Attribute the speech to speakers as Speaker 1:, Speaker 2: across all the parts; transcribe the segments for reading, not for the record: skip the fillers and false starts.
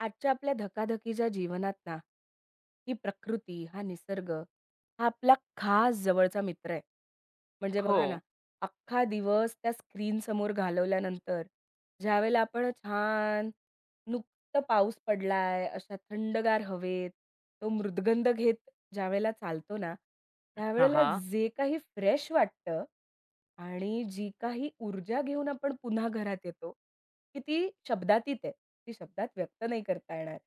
Speaker 1: आजच्या आपल्या धकाधकीच्या जीवनात ना, ही प्रकृती, हा निसर्ग, हा आपला खास जवळचा मित्र आहे. म्हणजे
Speaker 2: हो.
Speaker 1: बघा ना, अख्खा दिवस त्या स्क्रीनसमोर घालवल्यानंतर ज्यावेळेला आपण छान नुकतं पाऊस पडलाय, अशा थंडगार हवेत, तो मृदगंध घेत ज्यावेळेला चालतो ना,
Speaker 2: हां,
Speaker 1: त्यावेळेला
Speaker 2: हां.
Speaker 1: जे काही फ्रेश वाटतं आणि जी काही ऊर्जा घेऊन आपण पुन्हा घरात येतो, की शब्दातीत आहे. ती शब्दात व्यक्त नाही करता येणार.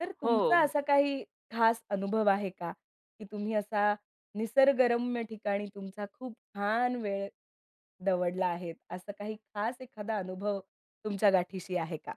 Speaker 1: तर
Speaker 2: हो.
Speaker 1: तुमचा असा काही खास अनुभव आहे का? की तुम्ही असा निसर्गरम्य ठिकाणी तुमचा खूप छान वेळ दवडला आहे. असा काही खास एखादा अनुभव तुमच्या गाठीशी आहे का?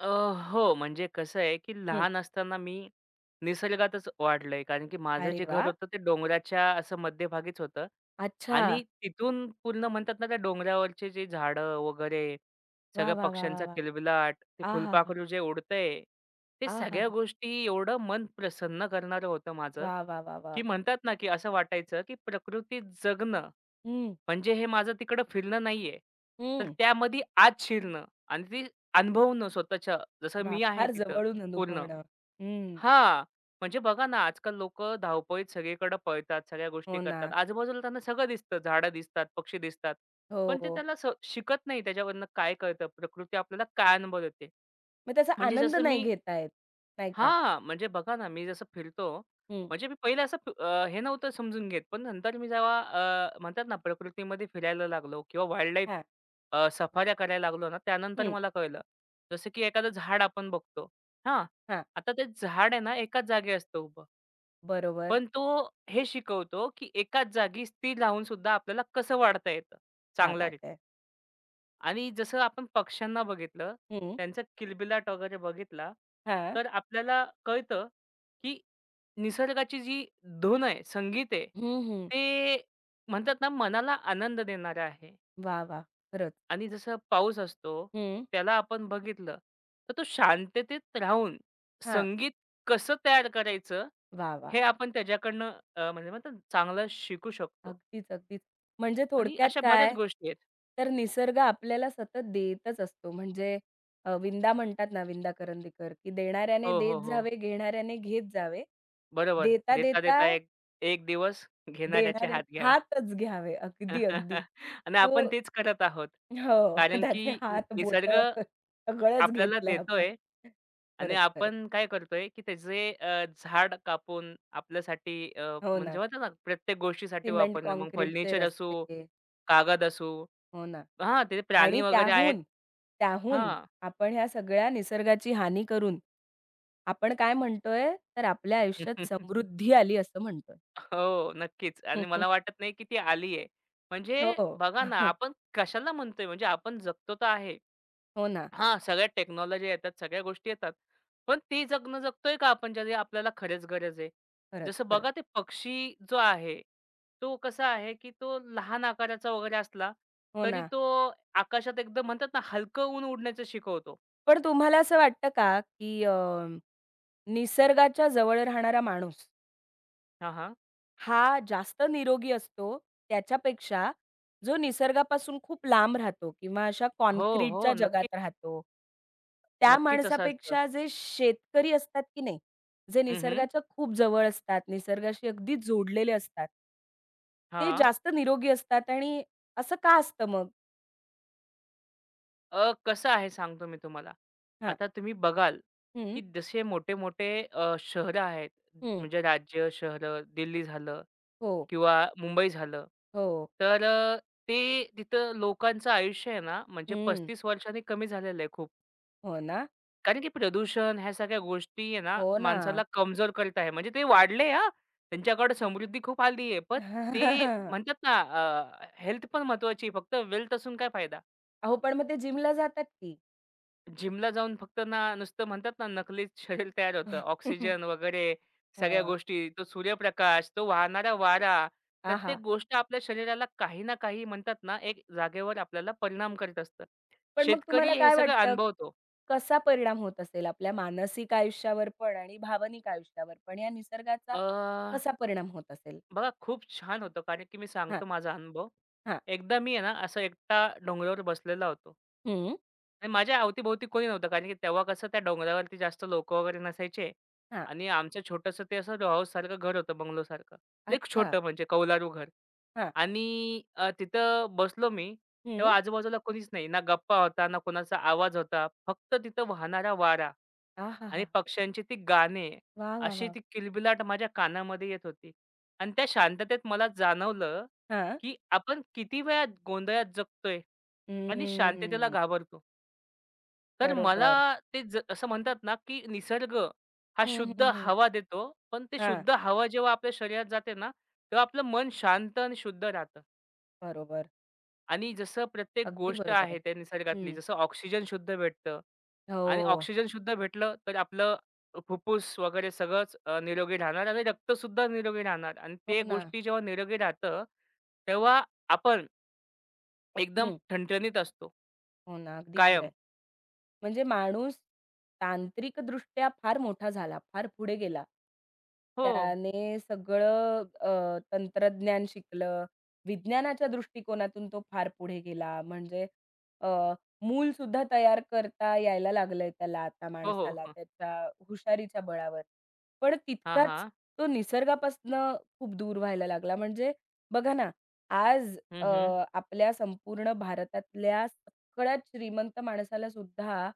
Speaker 2: अ, हो. म्हणजे कसं आहे, की
Speaker 1: हं.
Speaker 2: लहान असताना मी निसर्गातच वाढलोय. कारण की माझं
Speaker 1: अरे
Speaker 2: जे
Speaker 1: वा,
Speaker 2: घर होतं ते डोंगराच्या असं मध्यभागीच होतं
Speaker 1: अच्छा.
Speaker 2: आणि तिथून पूर्ण म्हणतात ना, त्या डोंगरावरचे जे झाडं वगैरे,
Speaker 1: वाह,
Speaker 2: सगळ्या
Speaker 1: वाह, वाह, वाह,
Speaker 2: पक्ष्यांचा
Speaker 1: वाह!
Speaker 2: किलबिलाट, ते
Speaker 1: आहाहा!
Speaker 2: फुलपाखरू जे उडतंय, ते सगळ्या
Speaker 1: आहाहा!
Speaker 2: गोष्टी एवढं मन प्रसन्न करणारं होतं माझं,
Speaker 1: वाह, वाह, वाह, वाह!
Speaker 2: की म्हणतात ना, की असं वाटायचं, की प्रकृतीत जगणं
Speaker 1: हं,
Speaker 2: म्हणजे हे माझं तिकडं फिरणं नाहीये. तर
Speaker 1: हं.
Speaker 2: त्यामध्ये आत शिरणं आणि ते अनुभवणं स्वतःच्या जसं
Speaker 1: वाह!
Speaker 2: मी आहे
Speaker 1: फार
Speaker 2: तिथं
Speaker 1: जवळून
Speaker 2: पूर्ण.
Speaker 1: अनुभवणं. हं.
Speaker 2: हां. म्हणजे बघा ना, आजकाल लोकं धावपळीत सगळीकडे पळतात, सगळ्या गोष्टी
Speaker 1: हो ना.
Speaker 2: करतात. आजूबाजूला त्यांना सगळं दिसतं, झाडं दिसतात, पक्षी दिसतात. पण ते
Speaker 1: हो.
Speaker 2: त्याला शिकत नाही त्याच्यावरनं काय कळतं, प्रकृती आपल्याला काय अनुभव देते.
Speaker 1: मग त्याचा
Speaker 2: म्हणजे
Speaker 1: आनंद
Speaker 2: जसं
Speaker 1: नाही
Speaker 2: मी
Speaker 1: घेता येत, नाही का?
Speaker 2: हां, म्हणजे बघा ना, मी जसं फिरतो,
Speaker 1: हं.
Speaker 2: म्हणजे मी पहिले असं हे नव्हतं समजून घेत. पण नंतर मी जेव्हा म्हणतात ना, प्रकृतीमध्ये फिरायला लागलो किंवा वाईल्डलाईफ
Speaker 1: हां.
Speaker 2: सफाऱ्या करायला लागलो ना, त्यानंतर मला कळलं. जसं की एखादं झाड आपण बघतो, हां.
Speaker 1: हां,
Speaker 2: आता ते झाड आहे ना, एकाच जागी असतं उभं.
Speaker 1: बरोबर.
Speaker 2: पण तो हे शिकवतो, की एकाच जागी स्थिर राहून सुद्धा आपल्याला कसं वाढता येतं
Speaker 1: क्या बात
Speaker 2: चांगल्यारीत्या.
Speaker 1: है!
Speaker 2: आणि जसं आपण पक्ष्यांना बघितलं,
Speaker 1: हं,
Speaker 2: त्यांचा किलबिलाट वगैरे बघितला,
Speaker 1: हां.
Speaker 2: तर आपल्याला कळतं, की निसर्गाची जी धून आहे, संगीत आहे,
Speaker 1: हं, हं.
Speaker 2: ते म्हणतात ना मनाला आनंद देणारं आहे.
Speaker 1: वाह, वाह! खरंच.
Speaker 2: आणि जसं पाऊस असतो,
Speaker 1: हं.
Speaker 2: त्याला आपण बघितलं, तर तो शांततेत राहून
Speaker 1: हां.
Speaker 2: संगीत कसं तयार करायचं,
Speaker 1: वाह, वाह!
Speaker 2: हे आपण त्याच्याकडनं म्हणजे म्हणतात ना चांगलं शिकू शकतो.
Speaker 1: अगदीच, अगदीच. म्हणजे
Speaker 2: आणि
Speaker 1: थोडक्यात
Speaker 2: अशा बऱ्याच
Speaker 1: काय,
Speaker 2: गोष्टी आहेत.
Speaker 1: तर निसर्ग आपल्याला सतत देतच असतो. म्हणजे विंदा म्हणतात ना विंदा करंदीकर, की देणाऱ्याने
Speaker 2: हो,
Speaker 1: देत
Speaker 2: हो, हो.
Speaker 1: जावे, घेणाऱ्याने घेत जावे.
Speaker 2: बरोबर.
Speaker 1: देता-देता
Speaker 2: देता-देता एक एक दिवस घेणाऱ्याचे
Speaker 1: देणाऱ्या
Speaker 2: हात घ्यावे.
Speaker 1: हातच घ्यावे. अगदी, अगदी.
Speaker 2: आणि
Speaker 1: तो
Speaker 2: आपण
Speaker 1: हो,
Speaker 2: तेच करत आहोत. कारण की
Speaker 1: त्याचे हात,
Speaker 2: निसर्ग
Speaker 1: बोटं सगळंच
Speaker 2: आपल्याला
Speaker 1: घेतलंय आपण.
Speaker 2: देतोय आणि
Speaker 1: खरंच, खरंच.
Speaker 2: आपण काय करतोय, की त्याचे झाड कापून आपल्यासाठी
Speaker 1: हो
Speaker 2: म्हणजे
Speaker 1: ना.
Speaker 2: म्हणतात ना, प्रत्येक गोष्टीसाठी
Speaker 1: सिमेंट
Speaker 2: वापरणं. मग
Speaker 1: काँक्रीटचे
Speaker 2: फर्निचर असू,
Speaker 1: रस्ते.
Speaker 2: कागद असू
Speaker 1: हो ना.
Speaker 2: हां, ते
Speaker 1: आणि
Speaker 2: प्राणी वगैरे आहेत
Speaker 1: त्याहून, त्याहून
Speaker 2: हां.
Speaker 1: आपण ह्या सगळ्या निसर्गाची हानी करून, आपण काय म्हणतोय, तर आपल्या आयुष्यात समृद्धी आली असं म्हणतोय.
Speaker 2: हो, नक्कीच. आणि मला वाटत नाही, की ती आली आहे. म्हणजे
Speaker 1: हो.
Speaker 2: बघा ना, आपण कशाला म्हणतोय म्हणजे आपण जगतो तर आहे.
Speaker 1: हो ना.
Speaker 2: हां, सगळ्या टेक्नॉलॉजी येतात, सगळ्या गोष्टी येतात. पण ते जगणं जगतोय का आपण ज्याची आपल्याला खरंच गरज आहे?
Speaker 1: खरंच,
Speaker 2: जसं
Speaker 1: खरंच.
Speaker 2: बघा ते पक्षी जो आहे, तो कसा आहे, की तो लहान आकाराचा वगैरे असला,
Speaker 1: हो
Speaker 2: तरी
Speaker 1: ना.
Speaker 2: तो आकाशात एकदम म्हणतात ना, हलकं ऊन उडण्याचं शिकवतो.
Speaker 1: पण तुम्हाला असं वाटतं का, की निसर्गाच्या जवळ राहणारा माणूस
Speaker 2: हां, हां.
Speaker 1: हा जास्त निरोगी असतो, त्याच्यापेक्षा जो निसर्गापासून खूप लांब राहतो किंवा अशा
Speaker 2: हो,
Speaker 1: काँक्रीटच्या
Speaker 2: हो. नक्की,
Speaker 1: जगात राहतो, त्या
Speaker 2: नक्कीच असं असतं.
Speaker 1: माणसापेक्षा जे शेतकरी असतात की नाही, जे
Speaker 2: हं, हं.
Speaker 1: निसर्गाच्या खूप जवळ असतात, निसर्गाशी अगदी जोडलेले असतात ते
Speaker 2: हां.
Speaker 1: जास्त निरोगी असतात आणि असं का असतं मग?
Speaker 2: कसं आहे सांगतो मी तुम्हाला.
Speaker 1: हां.
Speaker 2: आता तुम्ही बघाल,
Speaker 1: हं,
Speaker 2: की जसे मोठे-मोठे शहरं आहेत,
Speaker 1: हं.
Speaker 2: म्हणजे राज्य, शहरं, दिल्ली झालं
Speaker 1: हो,
Speaker 2: किंवा मुंबई झालं.
Speaker 1: हो.
Speaker 2: तर ते तिथं लोकांचं आयुष्य आहे ना, म्हणजे
Speaker 1: हं.
Speaker 2: 35 वर्षांनी कमी झालेलं आहे खूप.
Speaker 1: हो ना,
Speaker 2: कारण की प्रदूषण ह्या सगळ्या गोष्टी आहे ना,
Speaker 1: हो ना.
Speaker 2: माणसाला कमजोर करत आहे. म्हणजे ते वाढले हां, त्यांच्याकडे समृद्धी खूप आली आहे. पण ते म्हणतात ना, हेल्थ पण महत्त्वाची आहे. फक्त वेल्थ असून काय फायदा?
Speaker 1: अहो, पण मग ते जिमला जातात की.
Speaker 2: जिमला जाऊन फक्त ना, नुसतं म्हणतात ना, नकलीच शरीर तयार होतं.
Speaker 1: हं.
Speaker 2: ऑक्सिजन वगैरे सगळ्या
Speaker 1: हां.
Speaker 2: गोष्टी, तो सूर्यप्रकाश, तो वाहणारा वारा,
Speaker 1: आहा!
Speaker 2: प्रत्येक गोष्ट आपल्या शरीराला काही ना काही म्हणतात ना, एक जागेवर आपल्याला परिणाम करत असतं.
Speaker 1: पण मग तुम्हाला
Speaker 2: शेतकरी हे
Speaker 1: काय
Speaker 2: सगळं
Speaker 1: वाटतं,
Speaker 2: अनुभवतो.
Speaker 1: कसा परिणाम होत असेल आपल्या मानसिक आयुष्यावर पण आणि भावनिक आयुष्यावर पण या निसर्गाचा
Speaker 2: अ,
Speaker 1: कसा परिणाम होत असेल?
Speaker 2: बघा खूप छान होतं. कारण की मी
Speaker 1: हां,
Speaker 2: सांगतो माझा अनुभव.
Speaker 1: हां.
Speaker 2: एकदा मी आहे ना, असं एकटा डोंगरावर बसलेला होतो.
Speaker 1: हं.
Speaker 2: आणि माझ्या अवतीभोवती कोणी नव्हतं. कारण की तेव्हा कसं त्या डोंगरावरती जास्त लोकं वगैरे नसायचे
Speaker 1: हां.
Speaker 2: आणि आमचं छोटंसं ते असं row हाऊससारखं घर होतं, बंगलोसारखं. लई
Speaker 1: अच्छा.
Speaker 2: छोटं म्हणजे कौलारू घर
Speaker 1: हां.
Speaker 2: आणि तिथं बसलो मी.
Speaker 1: हं.
Speaker 2: तेव्हा आजूबाजूला कोणीच नाही. ना गप्पा होता, ना कोणाचा आवाज होता. फक्त तिथं वाहणारा वारा. आणि
Speaker 1: आहाहा!
Speaker 2: पक्ष्यांची ती गाणे,
Speaker 1: वाह, वाह,
Speaker 2: अशी
Speaker 1: वाह!
Speaker 2: ती किलबिलाट माझ्या कानामध्ये येत होती. आणि त्या शांततेत मला जाणवलं,
Speaker 1: हां.
Speaker 2: की आपण किती वेळा गोंधळात जगतोय आणि शांततेला
Speaker 1: हम्म.
Speaker 2: घाबरतो. तर मला
Speaker 1: बरोबर.
Speaker 2: ते असं म्हणतात ना, की निसर्ग हा
Speaker 1: हं, हं,
Speaker 2: शुद्ध
Speaker 1: हं.
Speaker 2: हवा देतो, पण ते
Speaker 1: हां.
Speaker 2: शुद्ध हवा जेव्हा आपल्या शरीरात जाते ना, तेव्हा आपलं मन शांत आणि शुद्ध राहतं.
Speaker 1: बरोबर.
Speaker 2: आणि जसं प्रत्येक
Speaker 1: अगदी
Speaker 2: गोष्ट
Speaker 1: बरोबर आहे.
Speaker 2: आहे त्या निसर्गातली,
Speaker 1: हं.
Speaker 2: जसं ऑक्सिजन शुद्ध भेटतं. आणि
Speaker 1: हो.
Speaker 2: ऑक्सिजन शुद्ध भेटलं तर आपलं फुफ्फुस वगैरे सगळंच निरोगी राहणार आणि रक्तसुद्धा निरोगी राहणार आणि
Speaker 1: हो
Speaker 2: ते
Speaker 1: ना.
Speaker 2: गोष्टी जेव्हा निरोगी राहतं, तेव्हा आपण एकदम
Speaker 1: हं.
Speaker 2: ठणठणीत असतो
Speaker 1: हो ना, अगदी खरं आहे.
Speaker 2: कायम.
Speaker 1: म्हणजे माणूस तांत्रिकदृष्ट्या फार मोठा झाला, फार पुढे गेला.
Speaker 2: हो.
Speaker 1: त्याने सगळं तंत्रज्ञान शिकलं. विज्ञानाच्या दृष्टिकोनातून तो फार पुढे गेला. म्हणजे अ, मूलसुद्धा तयार करता यायला लागलंय त्याला आता
Speaker 2: हो, हो.
Speaker 1: माणसाला
Speaker 2: हं.
Speaker 1: त्याच्या हुशारीच्या बळावर. पण
Speaker 2: हां,
Speaker 1: तितकाच
Speaker 2: हां.
Speaker 1: तो निसर्गापासनं खूप दूर व्हायला लागला. म्हणजे बघा ना, आज
Speaker 2: हं,
Speaker 1: अ,
Speaker 2: हं.
Speaker 1: आपल्या संपूर्ण भारतातल्या सगळ्यात श्रीमंत माणसाला सुद्धा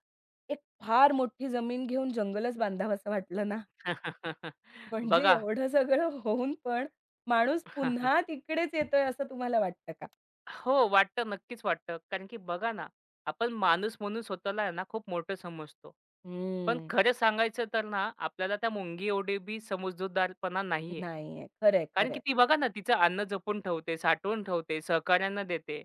Speaker 1: एक फार मोठी जमीन घेऊन जंगलच बांधावंसं वाटलं ना, म्हणजे
Speaker 2: बघा.
Speaker 1: एवढं सगळं होऊन पण माणूस पुन्हा तिकडेच येतोय असं तुम्हाला वाटतं का?
Speaker 2: हो, वाटतं. नक्कीच वाटतं. कारण की बघा ना, आपण माणूस म्हणून स्वतःला आहे ना खूप मोठं समजतो. पण
Speaker 1: हम्म.
Speaker 2: खरं सांगायचं तर ना, आपल्याला त्या मुंगी एवढी बी समजूतदारपणा नाहीये.
Speaker 1: नाहीये. खरंय,
Speaker 2: कारण
Speaker 1: खरंय.
Speaker 2: की ती बघा ना, तिचं अन्न जपून ठेवते, साठवून ठेवते, सहकाऱ्यांना देते.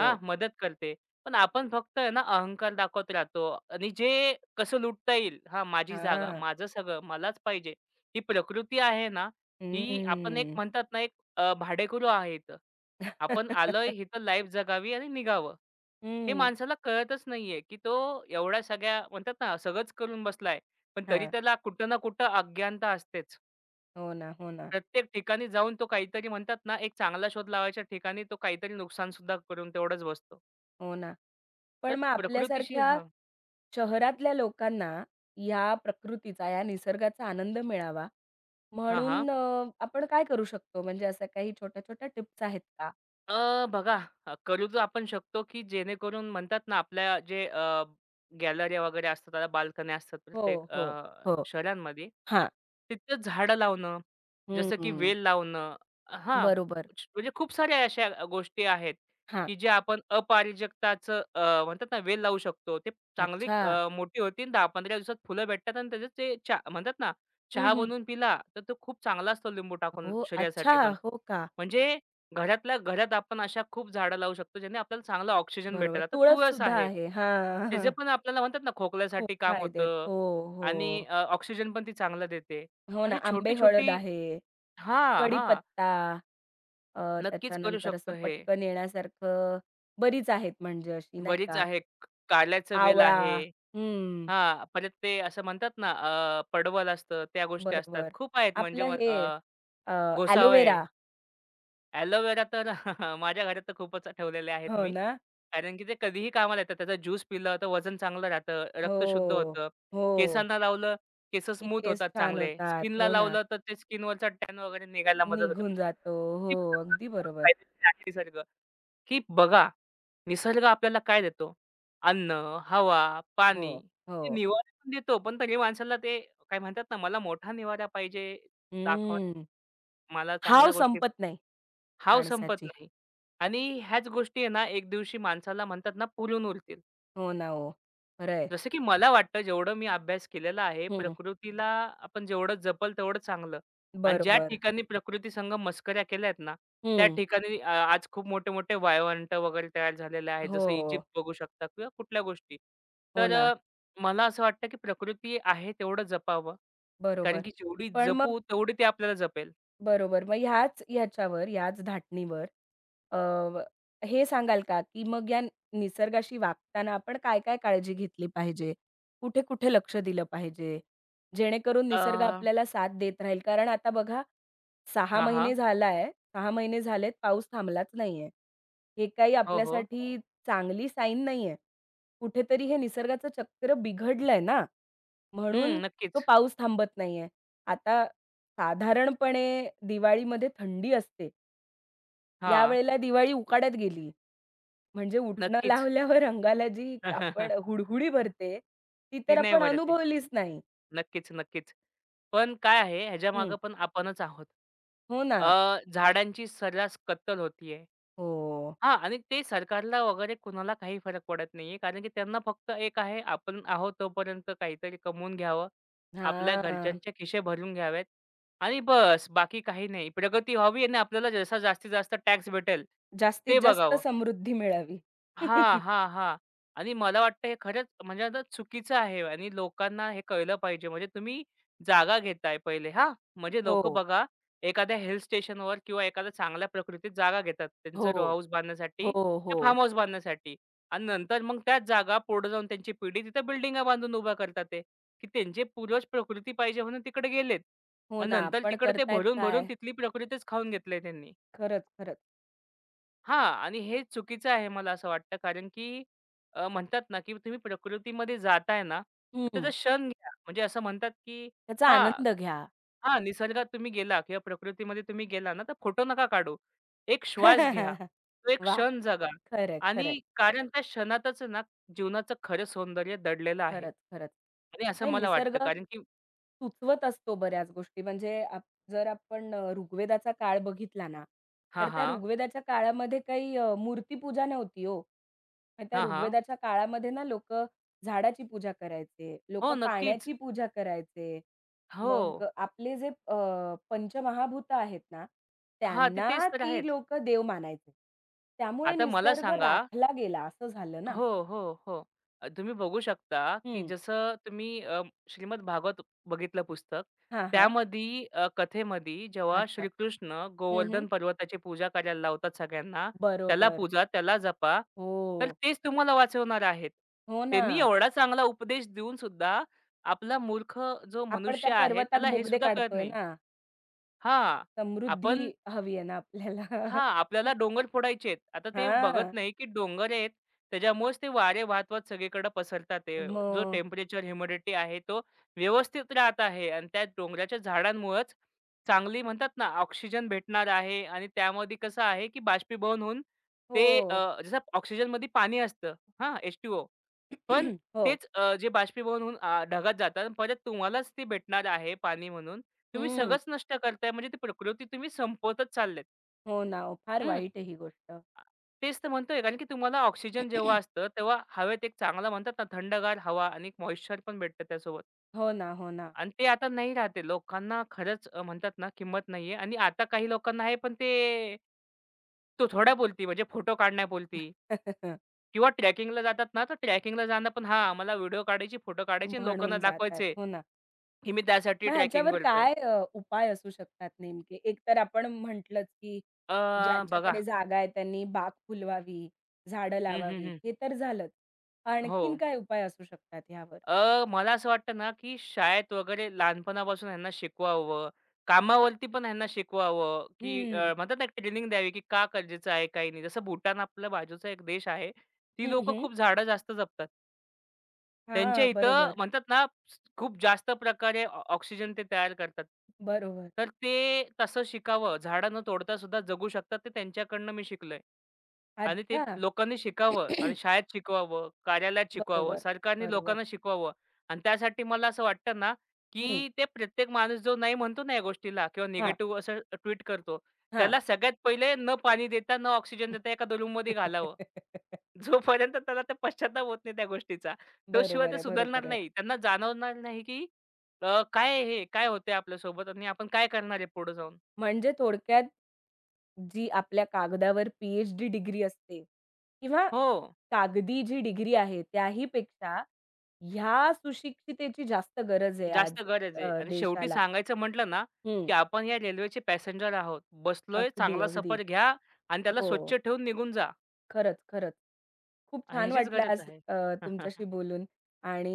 Speaker 2: हां, मदत करते. पण आपण फक्त आहे ना अहंकार दाखवत राहतो आणि जे कसं लुटता येईल, हां, माझी जागा,
Speaker 1: हां.
Speaker 2: माझं सगळं, मलाच पाहिजे. ही प्रकृती आहे ना, ही आपण एक
Speaker 1: हम्म.
Speaker 2: म्हणतात ना, एक भाडेकरू आहे इथं. आपण आलोय इथं लाईफ जगावी आणि निघावं. हे
Speaker 1: हम्म.
Speaker 2: माणसाला कळतच नाहीये, की तो एवढ्या सगळ्या म्हणतात ना, सगळंच करून बसलाय. पण तरी
Speaker 1: हां.
Speaker 2: त्याला कुठं ना कुठं अज्ञानता असतेच.
Speaker 1: हो ना, हो ना,
Speaker 2: प्रत्येक ठिकाणी जाऊन तो काहीतरी म्हणतात ना, एक चांगला शोध लावायच्या ठिकाणी तो काहीतरी नुकसान सुद्धा करून तेवढंच बसतो.
Speaker 1: हो ना. पण
Speaker 2: तर
Speaker 1: मग
Speaker 2: प्रकृतीशी
Speaker 1: आपल्यासारख्या
Speaker 2: हां.
Speaker 1: शहरातल्या लोकांना या प्रकृतीचा, या निसर्गाचा आनंद मिळावा
Speaker 2: हां, हां.
Speaker 1: म्हणून आपण काय करू शकतो? म्हणजे अशा काही छोट्या-छोट्या टिप्स आहेत का?
Speaker 2: बघा करू तर आपण शकतो, की जेणेकरून म्हणतात ना, आपल्या जे गॅलऱ्या वगैरे असतात, त्याला बाल्कन्या असतात
Speaker 1: हो,
Speaker 2: प्रत्येक
Speaker 1: हो, हो.
Speaker 2: शहरांमध्ये.
Speaker 1: हां.
Speaker 2: तिथं झाडं लावणं, जसं की
Speaker 1: हं.
Speaker 2: वेल लावणं हां,
Speaker 1: बरोबर.
Speaker 2: म्हणजे खूप साऱ्या अशा गोष्टी आहेत,
Speaker 1: हां.
Speaker 2: की जे आपण अपारिजाताचं म्हणतात ना, वेल लावू शकतो. ते चांगली
Speaker 1: अच्छा.
Speaker 2: मोठी होतील, 10-15 दिवसात फुलं भेटतात आणि त्याचं ते म्हणतात ना,
Speaker 1: हं,
Speaker 2: चहा
Speaker 1: हं.
Speaker 2: बनवून पिला, तर तो खूप चांगला असतो लिंबू टाकून
Speaker 1: हो. अच्छा.
Speaker 2: शरीरासाठी पण.
Speaker 1: हो का?
Speaker 2: म्हणजे घरातल्या घरात आपण अशा खूप झाडं लावू शकतो, ज्याने आपल्याला चांगला ऑक्सिजन
Speaker 1: बरोबर.
Speaker 2: भेटेल. आता तुळस
Speaker 1: तुळससुद्धा
Speaker 2: आहे.
Speaker 1: आहे. हां.
Speaker 2: त्याचं पण आपल्याला म्हणतात ना,
Speaker 1: खूप
Speaker 2: खोकल्यासाठी काम
Speaker 1: फायदे आहेत.
Speaker 2: होतं
Speaker 1: हो,
Speaker 2: आणि
Speaker 1: हो.
Speaker 2: ऑक्सिजन पण ती चांगलं देते.
Speaker 1: हो ना.
Speaker 2: अशी
Speaker 1: आंबे हळद
Speaker 2: छोटी-छोटी
Speaker 1: आहे.
Speaker 2: हां, हां.
Speaker 1: कढीपत्ता, अ,
Speaker 2: नक्कीच करू
Speaker 1: त्याच्यानंतर असं
Speaker 2: शकतो हे.
Speaker 1: पटकन येण्यासारखं बरीच आहेत म्हणजे अशी नाही
Speaker 2: बरीच
Speaker 1: का.
Speaker 2: आहे. कारल्याचं वेल
Speaker 1: आवळा
Speaker 2: आहे.
Speaker 1: हं,
Speaker 2: हां, परत ते असं म्हणतात ना, पडवल असतं, त्या गोष्टी असतात.
Speaker 1: बरोबर.
Speaker 2: खूप आहेत म्हणजे
Speaker 1: आपलं हे अ,
Speaker 2: घोसावळे.
Speaker 1: एलोवेरा
Speaker 2: एलोवेरा तर माझ्या घरात तर खूपच ठेवलेले आहेत
Speaker 1: हो
Speaker 2: मी.
Speaker 1: ना.
Speaker 2: कारण की ते कधीही कामाला येतात. त्याचा ज्यूस पिलं तर वजन चांगलं राहतं, रक्त शुद्ध
Speaker 1: हो,
Speaker 2: होतं.
Speaker 1: हो.
Speaker 2: केसांना लावलं, केस
Speaker 1: की
Speaker 2: स्मूथ
Speaker 1: केस
Speaker 2: होतात
Speaker 1: छान
Speaker 2: चांगले.
Speaker 1: होतात.
Speaker 2: स्किनला
Speaker 1: हो ना.
Speaker 2: लावलं तर ते स्किनवरचा टॅन वगैरे निघायला मदत होते.
Speaker 1: निघून जातो. हो,
Speaker 2: किती
Speaker 1: अगदी बरोबर.
Speaker 2: फायदेशीर आहे निसर्ग, की बघा निसर्ग आपल्याला काय देतो? अन्न, हवा,
Speaker 1: हो,
Speaker 2: पाणी ते
Speaker 1: हो.
Speaker 2: निवारा पण देतो. पण तरी माणसाला ते काय म्हणतात ना, मला मोठा निवारा पाहिजे, दाखवा
Speaker 1: हं.
Speaker 2: मला
Speaker 1: हाव
Speaker 2: चांगल्या गोष्टी
Speaker 1: संपत नाही
Speaker 2: हाव संपत
Speaker 1: माणसाची.
Speaker 2: नाही. आणि ह्याच गोष्टी आहे ना, एक दिवशी माणसाला म्हणतात ना, पुरून उरतील.
Speaker 1: हो ना, हो. खरं आहे.
Speaker 2: जसं की मला वाटतं जेवढं मी अभ्यास केलेला आहे,
Speaker 1: हं,
Speaker 2: प्रकृतीला आपण जेवढं जपल तेवढं चांगलं. आणि ज्या
Speaker 1: बरोबर.
Speaker 2: ठिकाणी प्रकृती संग मस्कऱ्या केल्यात ना, त्या
Speaker 1: हं.
Speaker 2: ठिकाणी आज खूप मोठे-मोठे वाळवंट वगैरे तयार झालेले आहेत. जसं
Speaker 1: हो,
Speaker 2: इजिप्त बघू शकता किंवा कुठल्या गोष्टी.
Speaker 1: हो
Speaker 2: तर
Speaker 1: ना.
Speaker 2: मला असं वाटतं की प्रकृती आहे तेवढं जपावं. कारण
Speaker 1: बरोबर.
Speaker 2: की जेवढी
Speaker 1: पण मग
Speaker 2: जपू तेवढी ती आपल्याला जपेल.
Speaker 1: बरोबर. मग ह्याच्यावर, ह्याच धाटणीवर अ, हे सांगाल का, की मग या निसर्गाशी वागताना आपण काय-काय काळजी घेतली पाहिजे? कुठे-कुठे लक्ष दिलं पाहिजे? जेणेकरून
Speaker 2: अ
Speaker 1: निसर्ग आपल्याला साथ देत राहील. कारण आता बघा 6
Speaker 2: हां,
Speaker 1: महिने
Speaker 2: हां.
Speaker 1: झाला आहे. महिने झालेत पाऊस थांबलाच नाहीये. हे काही
Speaker 2: हो, हो.
Speaker 1: आपल्यासाठी चांगली साईन नाहीये. कुठेतरी हे निसर्गाचं चक्र बिघडलंय ना, म्हणून
Speaker 2: हं,
Speaker 1: तो
Speaker 2: नक्कीच.
Speaker 1: पाऊस थांबत नाहीये. आता साधारणपणे दिवाळीमध्ये थंडी असते.
Speaker 2: हां.
Speaker 1: यावेळेला दिवाळी उकाड्यात गेली. म्हणजे उटणं
Speaker 2: नक्कीच.
Speaker 1: लावल्यावर अंगाला जी आपण हुडहुडी भरते, ती
Speaker 2: ती
Speaker 1: तर
Speaker 2: नाही
Speaker 1: आपण
Speaker 2: भरत आहे.
Speaker 1: अनुभवलीच नाही.
Speaker 2: नक्कीच, नक्कीच. पण काय आहे
Speaker 1: हं.
Speaker 2: ह्याच्यामागे पण आपणच आहोत.
Speaker 1: हो ना.
Speaker 2: अ, झाडांची सर्रास कत्तल होतीये.
Speaker 1: हो.
Speaker 2: हां आणि ते सरकारला वगैरे कुणाला काही फरक पडत नाहीये. कारण की त्यांना फक्त एक आहे, आपण आहोत तोपर्यंत काहीतरी कमवून घ्यावं. आपल्या
Speaker 1: हां.
Speaker 2: घरच्यांचे खिसे भरून घ्यावेत आणि बस बाकी काही नाही. प्रगती व्हावी आणि आपल्याला जसा जास्तीत जास्त टॅक्स भेटेल
Speaker 1: जास्तीत
Speaker 2: ते
Speaker 1: जास्त
Speaker 2: बघावं.
Speaker 1: समृद्धी मिळावी.
Speaker 2: हां, हां, हां. आणि मला वाटतं हे खरंच म्हणजे आता चुकीचं आहे आणि लोकांना हे कळलं पाहिजे. म्हणजे तुम्ही जागा घेताय पहिले हां. म्हणजे
Speaker 1: हो,
Speaker 2: लोकं बघा एखाद्या हिल स्टेशनवर किंवा एखाद्या चांगल्या प्रकृतीत जागा घेतात.
Speaker 1: हो,
Speaker 2: त्यांचं रो हाऊस
Speaker 1: हो,
Speaker 2: बांधण्यासाठी
Speaker 1: हो.
Speaker 2: फार्म हाऊस बांधण्यासाठी आणि नंतर मग त्याच जागा पुढे जाऊन त्यांची पिढी तिथं बिल्डिंगा बांधून उभ्या करतात ते, की त्यांचे पूर्वज प्रकृती पाहिजे म्हणून तिकडे गेलेत
Speaker 1: हो
Speaker 2: आणि
Speaker 1: ना.
Speaker 2: नंतर
Speaker 1: आपण
Speaker 2: तिकडे ते
Speaker 1: करतायत
Speaker 2: भरून-भरून
Speaker 1: काय?
Speaker 2: तिथली प्रकृतीच खाऊन घेतली त्यांनी.
Speaker 1: खरंच, खरंच.
Speaker 2: हां आणि हे चुकीचं आहे मला असं वाटतं कारण की म्हणतात ना, की तुम्ही प्रकृतीमध्ये जाताय ना, तर त्याचा
Speaker 1: हं.
Speaker 2: क्षण घ्या. म्हणजे असं म्हणतात, की
Speaker 1: त्याचा
Speaker 2: हां,
Speaker 1: आनंद घ्या.
Speaker 2: हां, निसर्गात तुम्ही गेला किंवा प्रकृतीमध्ये तुम्ही गेला ना, तर फोटो नका काढू. एक श्वास घ्या, तो एक
Speaker 1: वाह!
Speaker 2: क्षण जगा
Speaker 1: खरंय,
Speaker 2: आणि
Speaker 1: खरंय.
Speaker 2: कारण त्या क्षणातच ना, जीवनाचं खरं सौंदर्य दडलेलं आहे
Speaker 1: खरंच, खरंच.
Speaker 2: आणि असं
Speaker 1: म्हणजे
Speaker 2: मला
Speaker 1: निसर्ग
Speaker 2: वाटतं कारण की
Speaker 1: सुचवत असतो बऱ्याच गोष्टी. म्हणजे जर आपण ऋग्वेदाचा काळ बघितला ना, तर
Speaker 2: हां,
Speaker 1: त्या
Speaker 2: हां.
Speaker 1: ऋग्वेदाच्या काळामध्ये काही मूर्तीपूजा नव्हती हो. मग त्या
Speaker 2: हां, हां.
Speaker 1: ऋग्वेदाच्या काळामध्ये ना लोकं झाडाची पूजा करायचे, लोकं
Speaker 2: हो, नक्कीच.
Speaker 1: पाण्याची पूजा करायचे.
Speaker 2: हो.
Speaker 1: मग आपले जे पंचमहाभूत आहेत ना,
Speaker 2: हां, ते
Speaker 1: त्यांना
Speaker 2: तेच तर
Speaker 1: ती
Speaker 2: आहेत.
Speaker 1: लोकं देव मानायचे. त्यामुळे
Speaker 2: आता मला
Speaker 1: निसर्ग
Speaker 2: सांगा
Speaker 1: राखला गेला असं झालं ना.
Speaker 2: हो, हो, हो. तुम्ही बघू शकता, की
Speaker 1: हं.
Speaker 2: जसं तुम्ही श्रीमद भागवत बघितलं पुस्तक.
Speaker 1: हां, हां.
Speaker 2: त्यामध्ये कथेमध्ये जेव्हा
Speaker 1: अच्छा.
Speaker 2: श्रीकृष्ण
Speaker 1: हं,
Speaker 2: गोवर्धन पर्वताची पूजा करायला लावतात सगळ्यांना, त्याला
Speaker 1: बरोबर.
Speaker 2: पूजा, त्याला जपा. तर
Speaker 1: हो.
Speaker 2: तेच तुम्हाला वाचवणार आहेत.
Speaker 1: हो ना.
Speaker 2: त्यांनी एवढा चांगला उपदेश देऊन सुद्धा आपला मूर्ख जो
Speaker 1: आपण त्या
Speaker 2: मनुष्य आहे
Speaker 1: पर्वतात
Speaker 2: त्याला हे
Speaker 1: बोगदे
Speaker 2: सुद्धा कळत
Speaker 1: काढतोय
Speaker 2: नाही.
Speaker 1: ना.
Speaker 2: हां.
Speaker 1: समृद्धी
Speaker 2: आपण
Speaker 1: हवी आहे ना आपल्याला.
Speaker 2: हां, आपल्याला डोंगर फोडायचे आहेत. आता ते बघत
Speaker 1: हां.
Speaker 2: नाही, की डोंगर आहेत. त्याच्यामुळेच ते वारे वाहत-वाहत सगळीकडे पसरतात ते जो
Speaker 1: मग.
Speaker 2: टेम्परेचर, ह्युमिडिटी आहे तो व्यवस्थित राहत आहे आणि त्या डोंगराच्या झाडांमुळेच चांगली म्हणतात ना, ऑक्सिजन भेटणार आहे आणि त्यामध्ये कसं आहे, की बाष्पीभवन होऊन ते
Speaker 1: हो.
Speaker 2: जसं ऑक्सिजनमध्ये पाणी असतं हां, H2O. पण
Speaker 1: हो.
Speaker 2: तेच जे बाष्पीभवन होऊन ढगात जातात परत तुम्हालाच ते भेटणार आहे पाणी म्हणून. तुम्ही
Speaker 1: हं.
Speaker 2: सगळंच नष्ट करताय म्हणजे ती प्रकृती तुम्ही संपवतच चाललेत.
Speaker 1: हो ना. ओ फार वाईट आहे ही गोष्ट.
Speaker 2: आ, तेच तर म्हणतोय कारण की तुम्हाला ऑक्सिजन जेव्हा असतं, तेव्हा हवेत एक चांगला म्हणतात ना थंडगार हवा आणि एक मॉइश्चर पण भेटतं त्यासोबत
Speaker 1: हो ना, हो ना.
Speaker 2: आणि ते आता नाही राहते. लोकांना खरंच म्हणतात ना किंमत नाहीये आणि आता काही लोकांना आहे पण ते तो थोड्यापुरती म्हणजे फोटो काढण्यापुरती किंवा ट्रॅकिंगला जातात ना, तर ट्रॅकिंगला जाणं पण हां, मला व्हिडिओ काढायची, फोटो काढायचे आणि
Speaker 1: म्हणून
Speaker 2: लोकांना
Speaker 1: जातात.
Speaker 2: दाखवायचे,
Speaker 1: हो ना.
Speaker 2: की मी त्यासाठी
Speaker 1: मग
Speaker 2: ट्रॅकिंग
Speaker 1: ह्याच्यावर
Speaker 2: करतोय.
Speaker 1: काय उपाय असू शकतात नेमके? एक तर आपण म्हटलंच, की
Speaker 2: बघा
Speaker 1: ज्यांच्याकडे जागा आहे त्यांनी बाग फुलवावी, झाडं
Speaker 2: हं, हं,
Speaker 1: लावावीत,
Speaker 2: हं.
Speaker 1: हे तर झालंच.
Speaker 2: हो.
Speaker 1: आणखीन काय उपाय असू शकतात ह्यावर?
Speaker 2: मला असं वाटतं ना, की शाळेत वगैरे लहानपणापासून ह्यांना शिकवावं. कामावरती पण ह्यांना शिकवावं, की
Speaker 1: हं.
Speaker 2: म्हणतात ना, ट्रेनिंग द्यावी, की का गरजेचं आहे, काही नाही. जसं भूटान आपल्या बाजूचा एक देश आहे. ती
Speaker 1: हं,
Speaker 2: लोकं
Speaker 1: हं.
Speaker 2: खूप झाडं जास्त जपतात. त्यांच्या
Speaker 1: हां,
Speaker 2: इथं
Speaker 1: बरोबर,
Speaker 2: म्हणतात ना, खूप जास्त प्रकारे ऑक्सिजन ते तयार करतात.
Speaker 1: बरोबर.
Speaker 2: तर ते तसं शिकावं. झाडं न तोडता सुद्धा जगू शकतात ते त्यांच्याकडनं मी शिकलोय. आणि ते
Speaker 1: अच्छा.
Speaker 2: लोकांनी शिकावं आणि शाळेत शिकवावं, कार्यालयात शिकवावं,
Speaker 1: बरोबर,
Speaker 2: सरकारने
Speaker 1: बरोबर.
Speaker 2: लोकांना शिकवावं. आणि त्यासाठी मला असं वाटतं ना,
Speaker 1: हं.
Speaker 2: की ते प्रत्येक माणूस जो नाही म्हणतो ना या गोष्टीला किंवा
Speaker 1: हां,
Speaker 2: निगेटिव्ह असं ट्वीट करतो,
Speaker 1: हां.
Speaker 2: त्याला सगळ्यात पहिले न पाणी देता, न ऑक्सिजन देता एखाद्या रूममध्ये घालावं. जोपर्यंत त्याला ते पश्चात्ताप होत नाही त्या गोष्टीचा. तो शिवाय
Speaker 1: बरोबर
Speaker 2: ते
Speaker 1: आहे,
Speaker 2: सुधारणार
Speaker 1: बरोबर आहे.
Speaker 2: नाही. त्यांना जाणवणार नाही, की काय आहे हे? काय होतंय आपल्यासोबत आणि आपण काय करणार आहे पुढे जाऊन?
Speaker 1: म्हणजे थोडक्यात जी आपल्या कागदावर PhD डिग्री असते किंवा
Speaker 2: हो,
Speaker 1: कागदी जी डिग्री आहे त्याही पेक्षा ह्या सुशिक्षितेची जास्त गरज आहे आज
Speaker 2: जास्त गरज आहे आणि शेवटी
Speaker 1: देशाला.
Speaker 2: सांगायचं म्हटलं ना,
Speaker 1: हं.
Speaker 2: की आपण या रेल्वेचे पॅसेंजर आहोत. बसलोय,
Speaker 1: अगदी,
Speaker 2: चांगला
Speaker 1: अगदी.
Speaker 2: सफर घ्या आणि त्याला
Speaker 1: हो.
Speaker 2: स्वच्छ ठेवून निघून जा.
Speaker 1: खरंच, खरंच. खूप छान
Speaker 2: ह्याचीच
Speaker 1: वाटलं
Speaker 2: गरज
Speaker 1: आज
Speaker 2: आहे.
Speaker 1: तुमच्याशी बोलून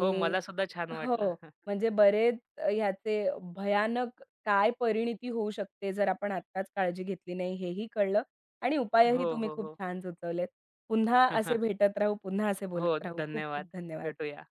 Speaker 2: हो, मला सुद्धा छान वाटलं.
Speaker 1: हो, म्हणजे बरेच ह्याचे भयानक काय परिणिती होऊ शकते जर आपण आत्ताच काळजी घेतली नाही हेही कळलं आणि उपायही
Speaker 2: हो,
Speaker 1: तुम्ही
Speaker 2: हो,
Speaker 1: खूप
Speaker 2: हो.
Speaker 1: छान सुचवलेत. पुन्हा असे भेटत राहू, पुन्हा असे
Speaker 2: हो,
Speaker 1: बोलत राहू. खूप खूप
Speaker 2: धन्यवाद.
Speaker 1: धन्यवाद.
Speaker 2: भेटूया.